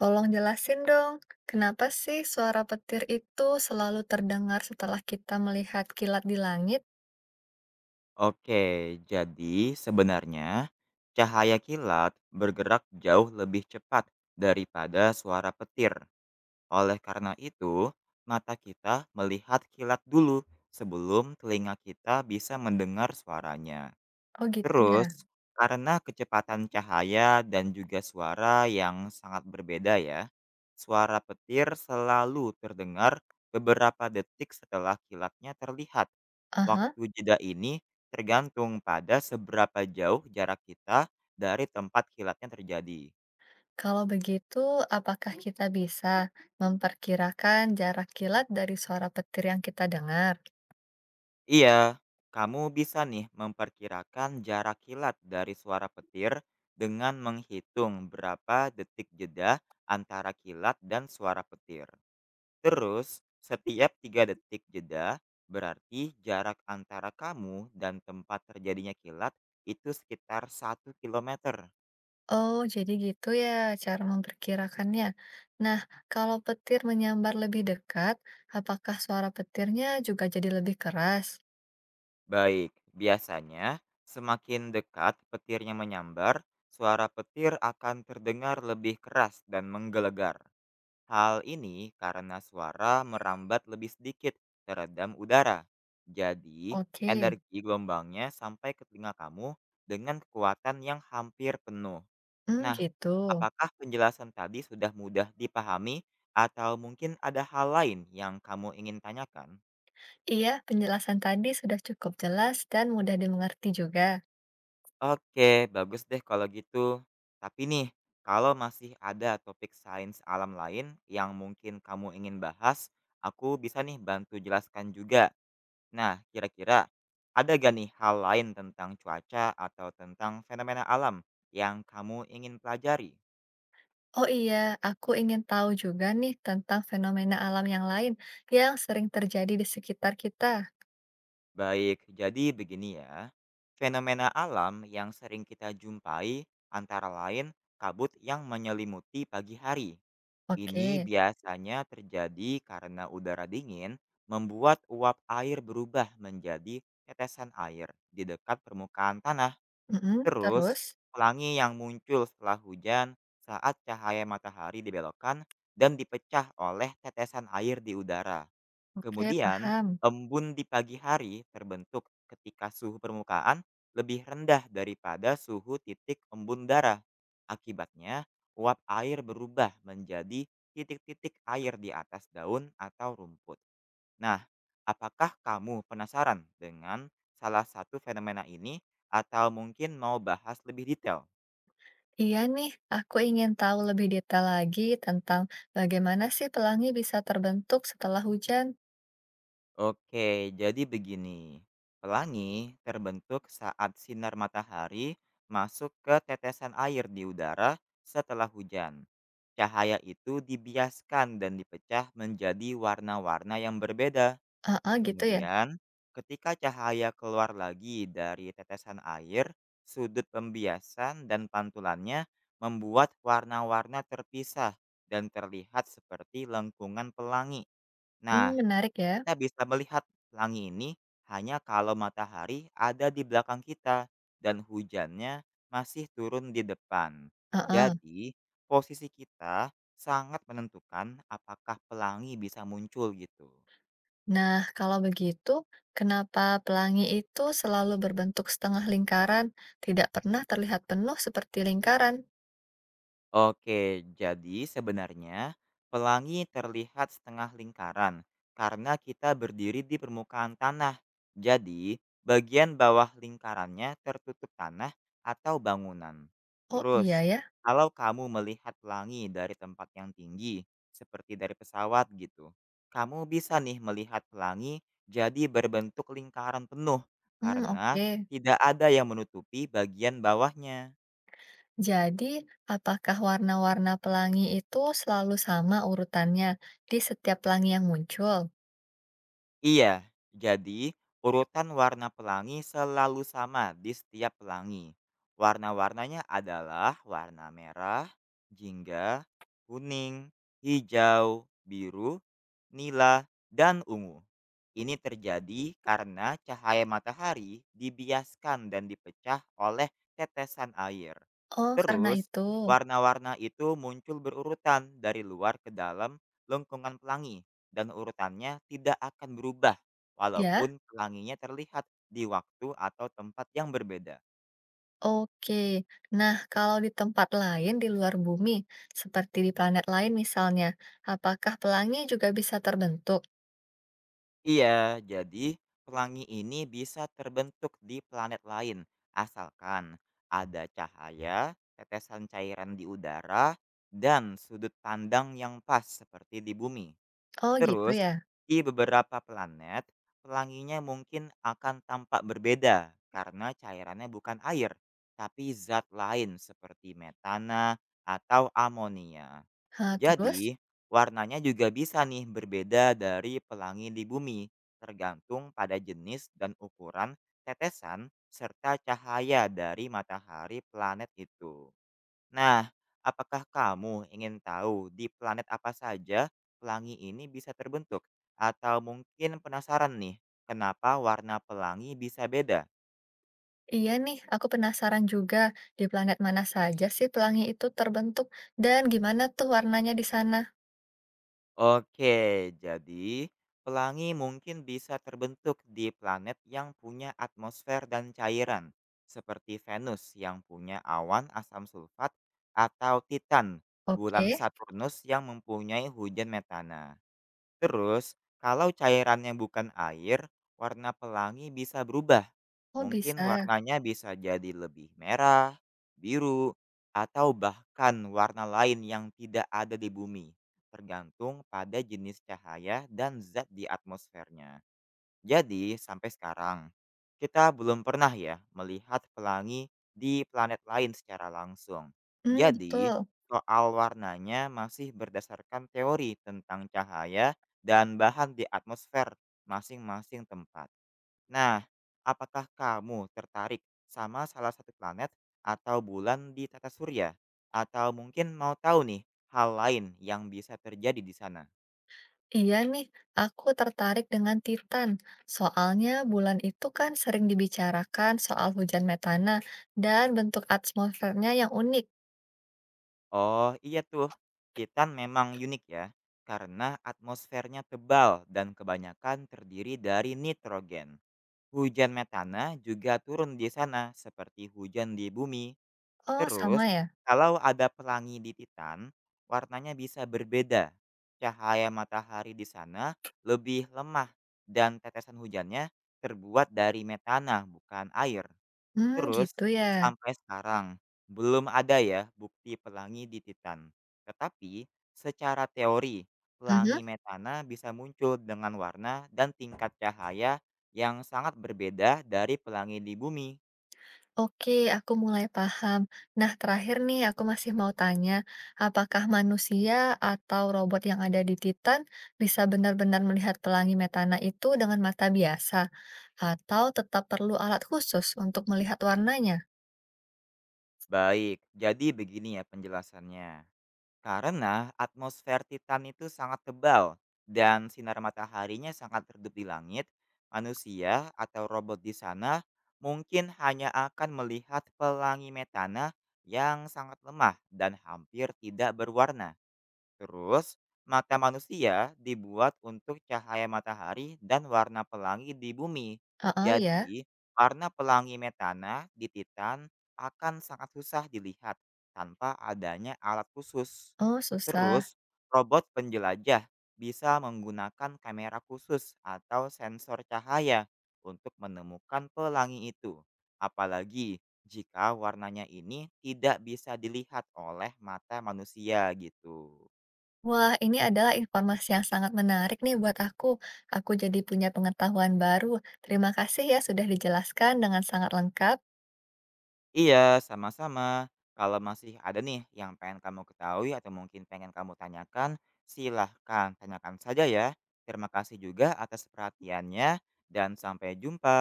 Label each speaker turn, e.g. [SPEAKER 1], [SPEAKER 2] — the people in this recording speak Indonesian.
[SPEAKER 1] Tolong jelasin dong, kenapa sih suara petir itu selalu terdengar setelah kita melihat kilat di langit?
[SPEAKER 2] Oke, jadi sebenarnya cahaya kilat bergerak jauh lebih cepat daripada suara petir. Oleh karena itu, mata kita melihat kilat dulu sebelum telinga kita bisa mendengar suaranya.
[SPEAKER 1] Oh gitu ya.
[SPEAKER 2] Terus, karena kecepatan cahaya dan juga suara yang sangat berbeda ya, suara petir selalu terdengar beberapa detik setelah kilatnya terlihat.
[SPEAKER 1] Aha,
[SPEAKER 2] Waktu jeda ini tergantung pada seberapa jauh jarak kita dari tempat kilatnya terjadi.
[SPEAKER 1] kalau begitu, apakah kita bisa memperkirakan jarak kilat dari suara petir yang kita dengar?
[SPEAKER 2] Iya, kamu bisa nih memperkirakan jarak kilat dari suara petir dengan menghitung berapa detik jeda antara kilat dan suara petir. Terus, setiap 3 detik jeda berarti jarak antara kamu dan tempat terjadinya kilat itu sekitar 1 kilometer.
[SPEAKER 1] Oh, jadi gitu ya cara memperkirakannya. Nah, kalau petir menyambar lebih dekat, apakah suara petirnya juga jadi lebih keras?
[SPEAKER 2] Baik, biasanya semakin dekat petirnya menyambar, suara petir akan terdengar lebih keras dan menggelegar. Hal ini karena suara merambat lebih sedikit teredam udara. Jadi,
[SPEAKER 1] Oke,
[SPEAKER 2] energi gelombangnya sampai ke telinga kamu dengan kekuatan yang hampir penuh.
[SPEAKER 1] hmm,
[SPEAKER 2] Nah,
[SPEAKER 1] gitu.
[SPEAKER 2] apakah penjelasan tadi sudah mudah dipahami atau mungkin ada hal lain yang kamu ingin tanyakan?
[SPEAKER 1] Iya, penjelasan tadi sudah cukup jelas dan mudah dimengerti juga.
[SPEAKER 2] Oke, bagus deh kalau gitu. Tapi nih, kalau masih ada topik sains alam lain yang mungkin kamu ingin bahas, aku bisa nih bantu jelaskan juga. Nah, kira-kira ada gak nih hal lain tentang cuaca atau tentang fenomena alam yang kamu ingin pelajari?
[SPEAKER 1] Oh iya, aku ingin tahu juga nih tentang fenomena alam yang lain yang sering terjadi di sekitar kita.
[SPEAKER 2] Baik, jadi begini ya. Fenomena alam yang sering kita jumpai antara lain kabut yang menyelimuti pagi hari. Ini
[SPEAKER 1] Oke,
[SPEAKER 2] biasanya terjadi karena udara dingin membuat uap air berubah menjadi tetesan air di dekat permukaan tanah.
[SPEAKER 1] mm-mm,
[SPEAKER 2] Terus,
[SPEAKER 1] terus?
[SPEAKER 2] pelangi yang muncul setelah hujan saat cahaya matahari dibelokkan dan dipecah oleh tetesan air di udara.
[SPEAKER 1] Oke,
[SPEAKER 2] Kemudian,
[SPEAKER 1] paham.
[SPEAKER 2] embun di pagi hari terbentuk ketika suhu permukaan lebih rendah daripada suhu titik embun darah. Akibatnya, uap air berubah menjadi titik-titik air di atas daun atau rumput. Nah, apakah kamu penasaran dengan salah satu fenomena ini atau mungkin mau bahas lebih detail?
[SPEAKER 1] Iya nih, aku ingin tahu lebih detail lagi tentang bagaimana sih pelangi bisa terbentuk setelah hujan.
[SPEAKER 2] Oke, jadi begini. Pelangi terbentuk saat sinar matahari masuk ke tetesan air di udara setelah hujan. Cahaya itu dibiaskan dan dipecah menjadi warna-warna yang berbeda.
[SPEAKER 1] Ah, gitu ya?
[SPEAKER 2] Kemudian, ketika cahaya keluar lagi dari tetesan air, sudut pembiasan dan pantulannya membuat warna-warna terpisah dan terlihat seperti lengkungan pelangi.
[SPEAKER 1] Hmm,
[SPEAKER 2] Nah,
[SPEAKER 1] menarik ya.
[SPEAKER 2] kita bisa melihat pelangi ini hanya kalau matahari ada di belakang kita dan hujannya masih turun di depan.
[SPEAKER 1] Ah.
[SPEAKER 2] Jadi, posisi kita sangat menentukan apakah pelangi bisa muncul gitu.
[SPEAKER 1] Nah, kalau begitu, kenapa pelangi itu selalu berbentuk setengah lingkaran, tidak pernah terlihat penuh seperti lingkaran?
[SPEAKER 2] Oke, jadi sebenarnya pelangi terlihat setengah lingkaran karena kita berdiri di permukaan tanah. Jadi, bagian bawah lingkarannya tertutup tanah atau bangunan.
[SPEAKER 1] Oh iya
[SPEAKER 2] Terus,
[SPEAKER 1] ya,
[SPEAKER 2] kalau kamu melihat pelangi dari tempat yang tinggi, seperti dari pesawat gitu, kamu bisa nih melihat pelangi jadi berbentuk lingkaran penuh
[SPEAKER 1] hmm,
[SPEAKER 2] karena
[SPEAKER 1] oke.
[SPEAKER 2] tidak ada yang menutupi bagian bawahnya.
[SPEAKER 1] Jadi, apakah warna-warna pelangi itu selalu sama urutannya di setiap pelangi yang muncul?
[SPEAKER 2] Iya, jadi urutan warna pelangi selalu sama di setiap pelangi. Warna-warnanya adalah warna merah, jingga, kuning, hijau, biru, nila, dan ungu. Ini terjadi karena cahaya matahari dibiaskan dan dipecah oleh tetesan air.
[SPEAKER 1] Oh, karena
[SPEAKER 2] Terus,
[SPEAKER 1] itu,
[SPEAKER 2] warna-warna itu muncul berurutan dari luar ke dalam lengkungan pelangi dan urutannya tidak akan berubah
[SPEAKER 1] ya.
[SPEAKER 2] walaupun pelanginya terlihat di waktu atau tempat yang berbeda.
[SPEAKER 1] Oke, nah kalau di tempat lain di luar bumi, seperti di planet lain misalnya, apakah pelangi juga bisa terbentuk?
[SPEAKER 2] Iya, jadi pelangi ini bisa terbentuk di planet lain, asalkan ada cahaya, tetesan cairan di udara, dan sudut pandang yang pas seperti di bumi.
[SPEAKER 1] Oh gitu
[SPEAKER 2] Terus,
[SPEAKER 1] ya.
[SPEAKER 2] di beberapa planet, pelanginya mungkin akan tampak berbeda karena cairannya bukan air, tapi zat lain seperti metana atau amonia.
[SPEAKER 1] Hah, terus?
[SPEAKER 2] Jadi, warnanya juga bisa nih berbeda dari pelangi di bumi, tergantung pada jenis dan ukuran tetesan serta cahaya dari matahari planet itu. Nah, apakah kamu ingin tahu di planet apa saja pelangi ini bisa terbentuk? Atau mungkin penasaran nih, kenapa warna pelangi bisa beda?
[SPEAKER 1] Iya nih, aku penasaran juga di planet mana saja sih pelangi itu terbentuk dan gimana tuh warnanya di sana.
[SPEAKER 2] Oke, jadi pelangi mungkin bisa terbentuk di planet yang punya atmosfer dan cairan, seperti Venus yang punya awan asam sulfat atau Titan,
[SPEAKER 1] Oke,
[SPEAKER 2] bulan Saturnus yang mempunyai hujan metana. Terus, kalau cairannya bukan air, warna pelangi bisa berubah.
[SPEAKER 1] oh
[SPEAKER 2] Mungkin
[SPEAKER 1] bisa.
[SPEAKER 2] warnanya bisa jadi lebih merah, biru, atau bahkan warna lain yang tidak ada di bumi, tergantung pada jenis cahaya dan zat di atmosfernya. Jadi, sampai sekarang, kita belum pernah ya melihat pelangi di planet lain secara langsung.
[SPEAKER 1] Hmm,
[SPEAKER 2] Jadi,
[SPEAKER 1] betul.
[SPEAKER 2] soal warnanya masih berdasarkan teori tentang cahaya dan bahan di atmosfer masing-masing tempat. Nah, apakah kamu tertarik sama salah satu planet atau bulan di tata surya? Atau mungkin mau tahu nih hal lain yang bisa terjadi di sana?
[SPEAKER 1] Iya nih, aku tertarik dengan Titan. Soalnya bulan itu kan sering dibicarakan soal hujan metana dan bentuk atmosfernya yang unik.
[SPEAKER 2] Oh, iya tuh. Titan memang unik ya, karena atmosfernya tebal dan kebanyakan terdiri dari nitrogen. Hujan metana juga turun di sana seperti hujan di bumi.
[SPEAKER 1] Oh, sama
[SPEAKER 2] Terus,
[SPEAKER 1] ya?
[SPEAKER 2] kalau ada pelangi di Titan, warnanya bisa berbeda. Cahaya matahari di sana lebih lemah dan tetesan hujannya terbuat dari metana, bukan air.
[SPEAKER 1] Hmm,
[SPEAKER 2] Terus,
[SPEAKER 1] gitu ya.
[SPEAKER 2] sampai sekarang, belum ada ya bukti pelangi di Titan. Tetapi, secara teori,
[SPEAKER 1] Mhm.
[SPEAKER 2] pelangi metana bisa muncul dengan warna dan tingkat cahaya yang sangat berbeda dari pelangi di bumi.
[SPEAKER 1] Oke, aku mulai paham. Nah, terakhir nih, aku masih mau tanya, apakah manusia atau robot yang ada di Titan bisa benar-benar melihat pelangi metana itu dengan mata biasa, atau tetap perlu alat khusus untuk melihat warnanya?
[SPEAKER 2] Baik, jadi begini ya penjelasannya. Karena atmosfer Titan itu sangat tebal dan sinar mataharinya sangat redup di langit, manusia atau robot di sana mungkin hanya akan melihat pelangi metana yang sangat lemah dan hampir tidak berwarna. Terus, mata manusia dibuat untuk cahaya matahari dan warna pelangi di bumi.
[SPEAKER 1] Oh ya.
[SPEAKER 2] Jadi, warna pelangi metana di Titan akan sangat susah dilihat tanpa adanya alat khusus.
[SPEAKER 1] Oh, susah.
[SPEAKER 2] Terus, robot penjelajah bisa menggunakan kamera khusus atau sensor cahaya untuk menemukan pelangi itu. Apalagi jika warnanya ini tidak bisa dilihat oleh mata manusia gitu.
[SPEAKER 1] Wah, ini adalah informasi yang sangat menarik nih buat aku. Aku jadi punya pengetahuan baru. Terima kasih ya sudah dijelaskan dengan sangat lengkap.
[SPEAKER 2] Iya, sama-sama. Kalau masih ada nih yang pengen kamu ketahui atau mungkin pengen kamu tanyakan, silahkan tanyakan saja ya. Terima kasih juga atas perhatiannya, dan sampai jumpa.